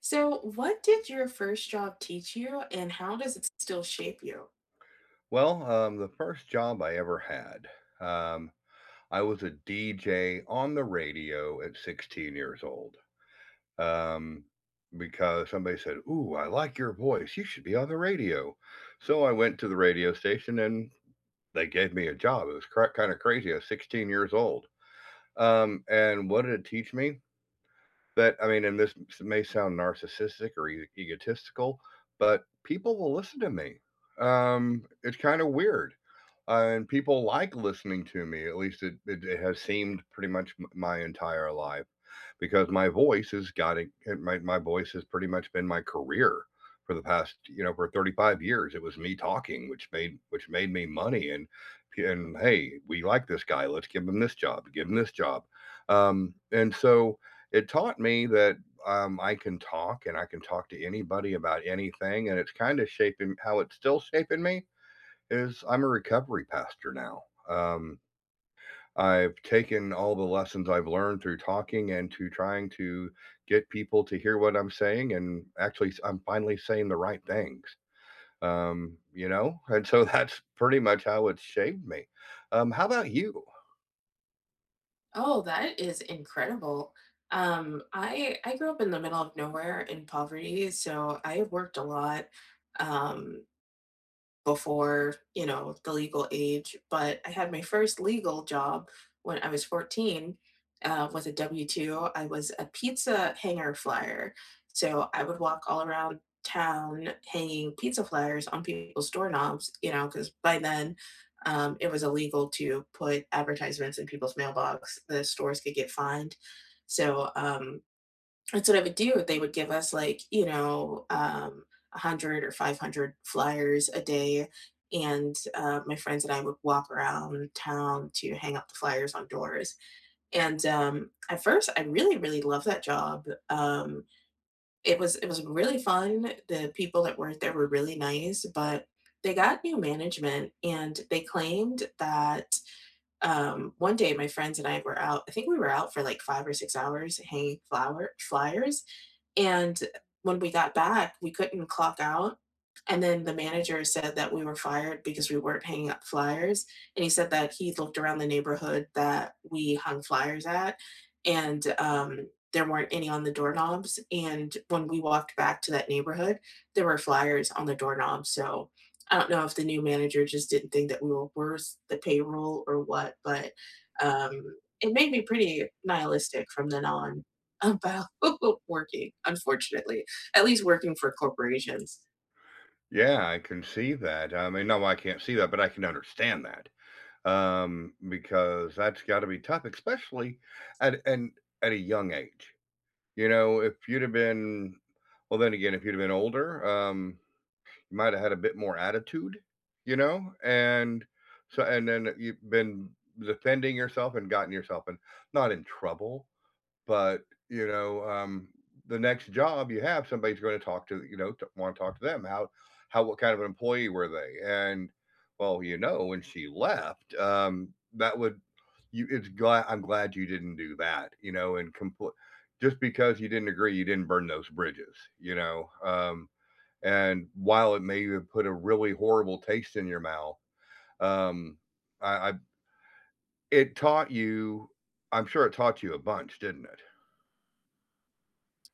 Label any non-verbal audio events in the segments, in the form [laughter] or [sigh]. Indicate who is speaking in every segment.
Speaker 1: So, what did your first job teach you, and how does it still shape you?
Speaker 2: The first job I ever had, um, I was a DJ on the radio at 16 years old, um, because somebody said, "Ooh, I like your voice. You should be on the radio." So I went to the radio station and they gave me a job. It was cra kind of crazy. I was 16 years old. And what did it teach me? But I mean, and this may sound narcissistic or e egotistical, but people will listen to me. It's kinda weird. And people like listening to me, at least it has seemed pretty much m my entire life because my voice has got it. My voice has pretty much been my career for the past for 35 years. It was me talking, which made me money. And hey, we like this guy. Let's give him this job. Give him this job. And so it taught me that I can talk and I can talk to anybody about anything. And it's kind of shaping how it's still shaping me is I'm a recovery pastor now. I've taken all the lessons I've learned through talking and to trying to get people to hear what I'm saying, and actually, I'm finally saying the right things. [laughs] And so that's pretty much how it's shaped me. How about you?
Speaker 1: Oh, that is incredible. I grew up in the middle of nowhere in poverty, so I worked a lot. Um, Before, you know, the legal age, but I had my first legal job when I was 14, with a W-2. I was a pizza hanger flyer, so I would walk all around town hanging pizza flyers on people's doorknobs, you know, because by then, it was illegal to put advertisements in people's mailbox. The stores could get fined. So, that's what I would do. They would give us like, you know, 100 or 500 flyers a day. And my friends and I would walk around town to hang up the flyers on doors. And at first, I really, really loved that job. It was really fun. The people that worked there were really nice, but they got new management, and they claimed that one day my friends and I were out. I think we were out for like 5 or 6 hours hanging flower flyers. And when we got back, we couldn't clock out. And then the manager said that we were fired because we weren't hanging up flyers. And he said that he looked around the neighborhood that we hung flyers at, and there weren't any on the doorknobs. And when we walked back to that neighborhood, there were flyers on the doorknobs. So I don't know if the new manager just didn't think that we were worth the payroll or what, but it made me pretty nihilistic from then on about [laughs] working, unfortunately, at least working for corporations.
Speaker 2: Yeah, I can see that. I mean, no, I can't see that, but I can understand that, because that's got to be tough, especially at and at a young age. You know, if you'd have been, well, then again, if you'd have been older, might have had a bit more attitude, you know, and so and then you've been defending yourself and gotten yourself in, not in trouble, but, you know, the next job you have, somebody's gonna talk to, you know, t wanna talk to them. How what kind of an employee were they? And, well, you know, when she left, that would you it's glad I'm glad you didn't do that, you know, and compl just because you didn't agree, you didn't burn those bridges, you know, um, and while it may have put a really horrible taste in your mouth, um, I it taught you, I'm sure it taught you a bunch, didn't it?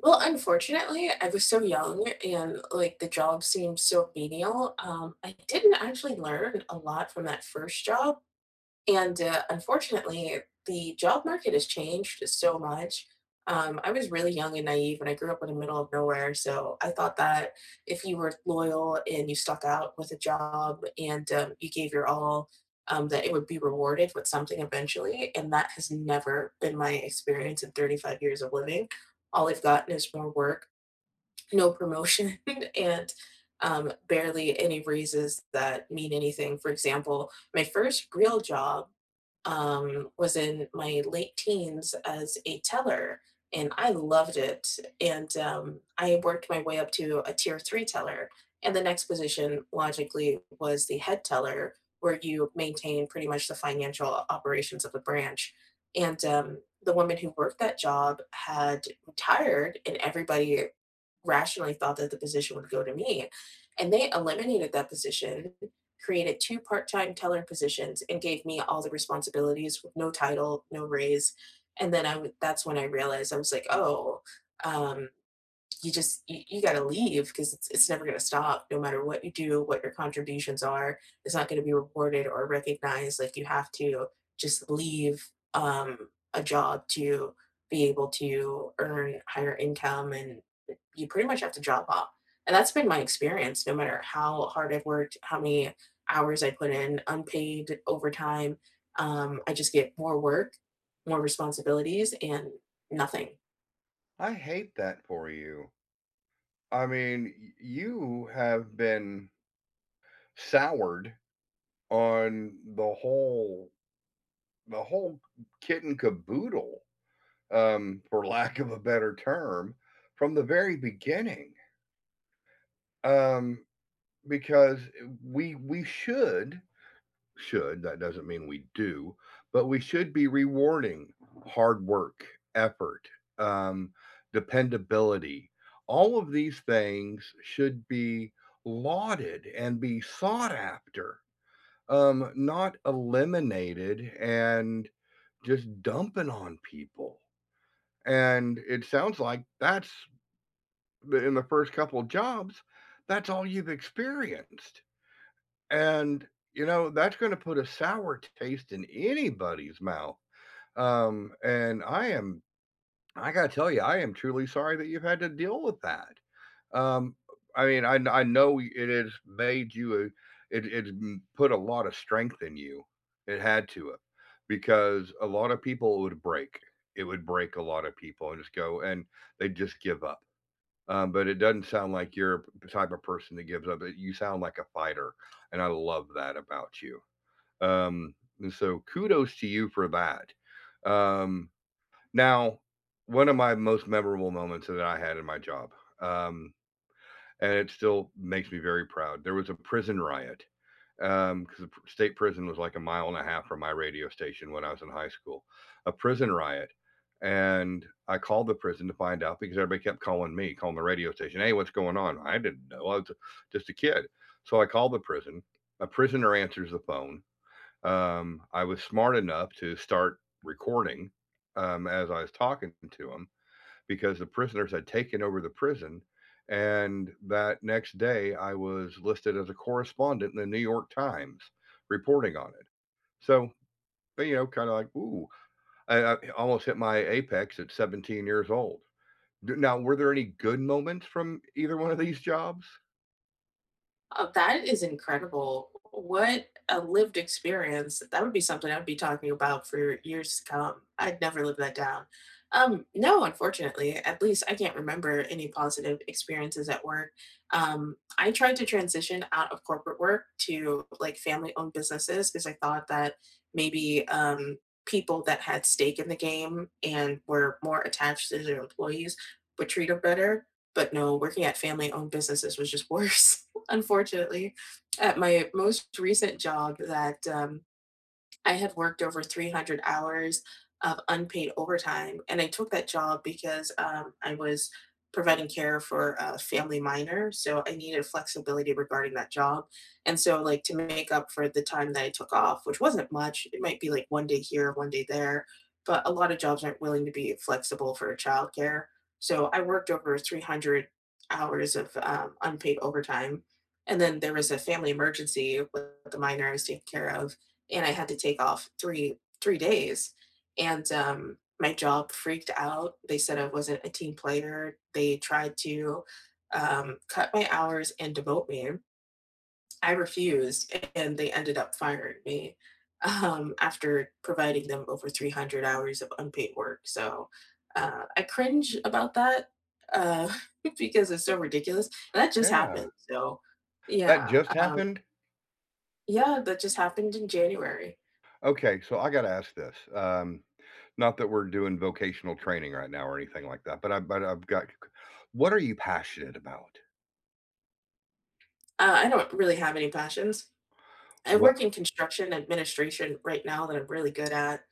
Speaker 1: Well, unfortunately, I was so young and like the job seemed so menial. I didn't actually learn a lot from that first job. And, unfortunately, the job market has changed so much. I was really young and naive, and I grew up in the middle of nowhere, so I thought that if you were loyal and you stuck out with a job and, you gave your all, that it would be rewarded with something eventually, and that has never been my experience in 35 years of living. All I've gotten is more work, no promotion, [laughs] and, barely any raises that mean anything. For example, my first real job was in my late teens as a teller, and I loved it. And I worked my way up to a tier three teller. And the next position, logically, was the head teller, where you maintain pretty much the financial operations of the branch. And the woman who worked that job had retired, and everybody rationally thought that the position would go to me. And they eliminated that position, created two-part time teller positions, and gave me all the responsibilities with no title, no raise. And then that's when I realized. I was like, oh, um, you just you got to leave because it's never going to stop. No matter what you do, what your contributions are, it's not going to be reported or recognized. Like, you have to just leave a job to be able to earn higher income, and you pretty much have to job hop. And that's been my experience no matter how hard I've worked, how many hours I put in unpaid overtime. I just get more work, more responsibilities, and nothing.
Speaker 2: I hate that for you. I mean, y you have been soured on the whole kit and caboodle, for lack of a better term, from the very beginning. Um, because we should, that doesn't mean we do, but we should be rewarding hard work, effort, um, dependability. All of these things should be lauded and be sought after, not eliminated and just dumping on people. And it sounds like that's the first couple of jobs, that's all you've experienced. And, you know, that's gonna put a sour taste in anybody's mouth. And I am I gotta tell you, I am truly sorry that you've had to deal with that. Um, I mean, I know it has made you a it it m put a lot of strength in you. It had to have, because a lot of people would break. It would break a lot of people and just go and they just give up. But it doesn't sound like you're the type of person that gives up. You sound like a fighter, and I love that about you. Um, and so kudos to you for that. Um, now, one of my most memorable moments that I had in my job, um, and it still makes me very proud. There was a prison riot, because the state prison was like a mile and a half from my radio station when I was in high school. A prison riot, and I called the prison to find out because everybody kept calling me, calling the radio station, "Hey, what's going on?" I didn't know. I was just a kid, so I called the prison. A prisoner answers the phone. I was smart enough to start recording, as I was talking to him, because the prisoners had taken over the prison. And that next day, I was listed as a correspondent in the New York Times reporting on it. So, you know, kind of like, ooh, I almost hit my apex at 17 years old. Now, were there any good moments from either one of these jobs?
Speaker 1: Oh, that is incredible. What a lived experience. That would be something I would be talking about for years to come. I'd never live that down. No, unfortunately, at least I can't remember any positive experiences at work. I tried to transition out of corporate work to like family owned businesses because I thought that maybe people that had stake in the game and were more attached to their employees would treat them better. But no, working at family owned businesses was just [laughs] worse, unfortunately. At my most recent job that I had worked over 300 hours of unpaid overtime, and I took that job because I was providing care for a family minor, so I needed flexibility regarding that job. And so, like, to make up for the time that I took off, which wasn't much, it might be like one day here, one day there, but a lot of jobs aren't willing to be flexible for childcare. So I worked over 300 hours of unpaid overtime. And then there was a family emergency with the minor I was taking care of, and I had to take off three days. And my job freaked out. They said I wasn't a team player. They tried to cut my hours and demote me. I refused, and they ended up firing me after providing them over 300 hours of unpaid work. So I cringe about that. uh, [laughs] because it's so ridiculous. And that just
Speaker 2: Yeah,
Speaker 1: happened. So
Speaker 2: that
Speaker 1: yeah,
Speaker 2: just
Speaker 1: um,
Speaker 2: happened.
Speaker 1: yeah, that just happened in January.
Speaker 2: Okay, so I got to ask this. Not that we're doing vocational training right now or anything like that, but I've got. What are you passionate about?
Speaker 1: I don't really have any passions. I
Speaker 2: What?
Speaker 1: work in construction administration right now that I'm really good at,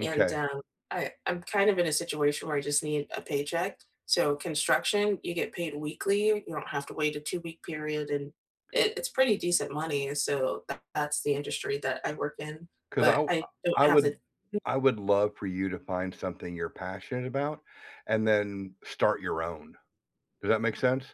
Speaker 1: and
Speaker 2: Okay.
Speaker 1: I'm kind of in a situation where I just need a paycheck. So construction, you get paid weekly. You don't have to wait a 2 week period, and it's pretty decent money. So that's the industry that I work in.
Speaker 2: 'Cause I
Speaker 1: But
Speaker 2: I,
Speaker 1: I don't
Speaker 2: I
Speaker 1: have
Speaker 2: would,
Speaker 1: the—
Speaker 2: I would love for you to find something you're passionate about and then start your own. Does that make sense?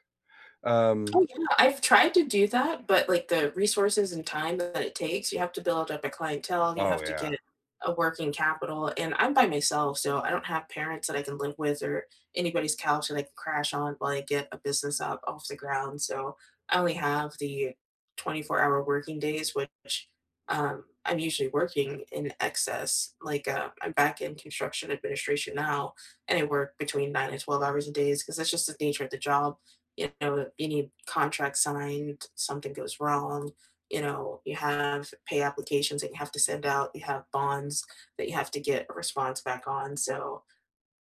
Speaker 1: Oh,
Speaker 2: Um,
Speaker 1: yeah, I've tried to do that, but, like, the resources and time that it takes, you have to build up a clientele, you
Speaker 2: oh,
Speaker 1: have to get
Speaker 2: yeah.
Speaker 1: a working capital, and I'm by myself, so I don't have parents that I can live with or anybody's couch that I can crash on while I get a business up off the ground. So I only have the 24-hour working days, which, I'm usually working in excess. Like, I'm back in construction administration now, and I work between 9 and 12 hours a day because that's just the nature of the job. You know, any contract signed, something goes wrong, you know, you have pay applications that you have to send out, you have bonds that you have to get a response back on. So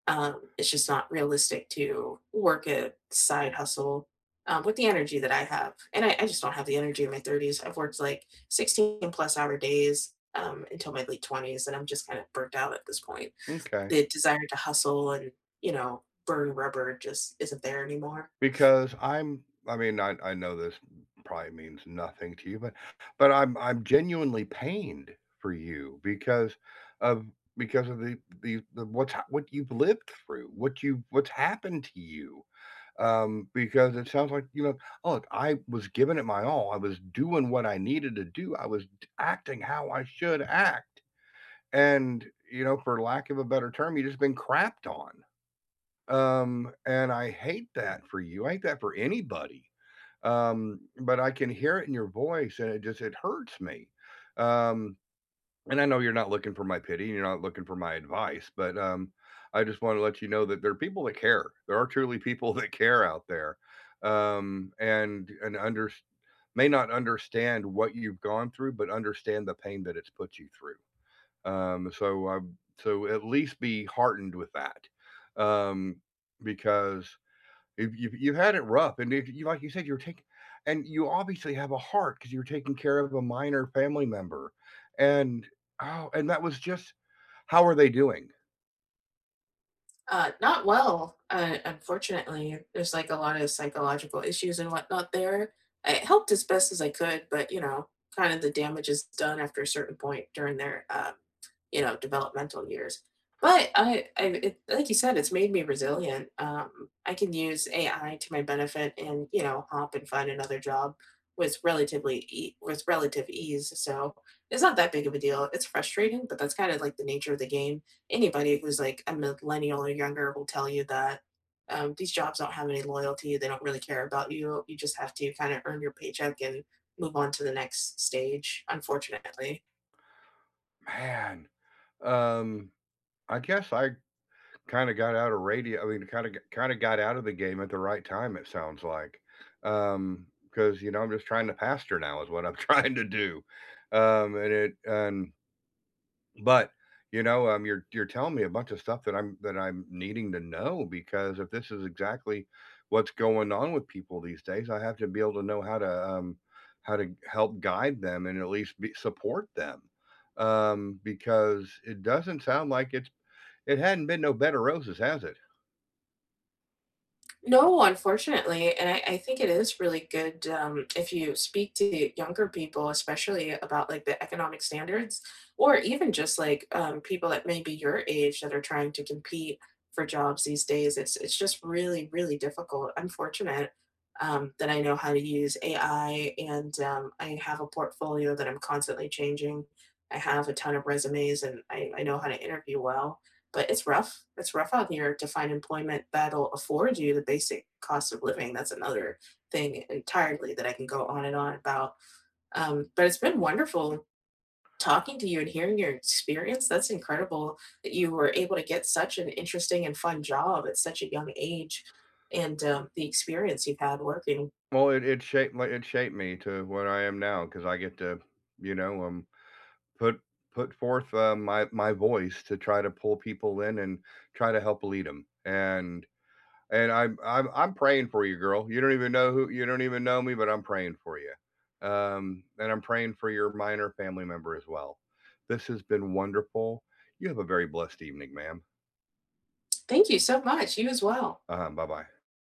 Speaker 1: it's just not realistic to work a side hustle with the energy that I have. And I just don't have the energy in my 30s. I've worked like 16 plus hour days until my late 20s, and I'm just kind of burnt out at this point.
Speaker 2: Okay.
Speaker 1: The desire to hustle and, you know, burn rubber just isn't there anymore.
Speaker 2: Because I'm, I mean, I know this probably means nothing to you, but I'm genuinely pained for you because of, because of the what's ha what you've lived through, what's happened to you, because it sounds like, you know, oh, "Look, I was giving it my all, I was doing what I needed to do, I was d acting how I should act," and, you know, for lack of a better term, you just been crapped on. And I hate that for you. I hate that for anybody. But I can hear it in your voice and it just it hurts me. Um, and I know you're not looking for my pity, you're not looking for my advice, but um, I just want to let you know that there are people that care. There are truly people [laughs] that care out there. And under may not understand what you've gone through, but understand the pain that it's put you through. Um, so I so at least be heartened with that, um, because if you you had it rough, and if you, like you said, you're taking, and you obviously have a heart because you're taking care of a minor family member, and oh, and that was just how are they doing,
Speaker 1: Not well, unfortunately. There's like a lot of psychological issues and whatnot there. I helped as best as I could, but you know, kind of the damage is done after a certain point during their, you know, developmental years. But I it, like you said, it's made me resilient. I can use AI to my benefit and you know hop and find another job with with relative ease. So it's not that big of a deal. It's frustrating, but that's kind of like the nature of the game. Anybody who's like a millennial or younger will tell you that these jobs don't have any loyalty. They don't really care about you. You just have to kind of earn your paycheck and move on to the next stage, unfortunately.
Speaker 2: man? Um, I guess I kinda got out of radio, I mean, kinda got out of the game at the right time, it sounds like. Um, because you know, I'm just trying to pastor now is what I'm [laughs] trying to do. And it and but, you know, you're telling me a bunch of stuff that I'm needing to know because if this is exactly what's going on with people these days, I have to be able to know how to help guide them and at least be support them. Because it doesn't sound like it's it hadn't been no bed of roses, has it?
Speaker 1: No, unfortunately, and I think it is really good if you speak to younger people, especially about like the economic standards, or even just like people that may be your age that are trying to compete for jobs these days. It's just really really difficult. I'm fortunate that I know how to use AI, and I have a portfolio that I'm constantly changing. I have a ton of resumes, and I know how to interview well but it's rough. It's rough out here to find employment that'll afford you the basic cost of living. That's another thing entirely that I can go on and on about. But it's been wonderful talking to you and hearing your experience. That's incredible that you were able to get such an interesting and fun job at such a young age and the experience you've had working.
Speaker 2: Well, it shaped, like, it shaped me to what I am now because I get to, you know, put, put forth, my voice to try to pull people in and try to help lead them, and I'm praying for you, girl. You don't even know who you don't even know me, but I'm praying for you, and I'm praying for your minor family member as well. This has been wonderful. You have a very blessed evening, ma'am.
Speaker 1: Thank you so much. You as well.
Speaker 2: Uh-huh, bye-bye.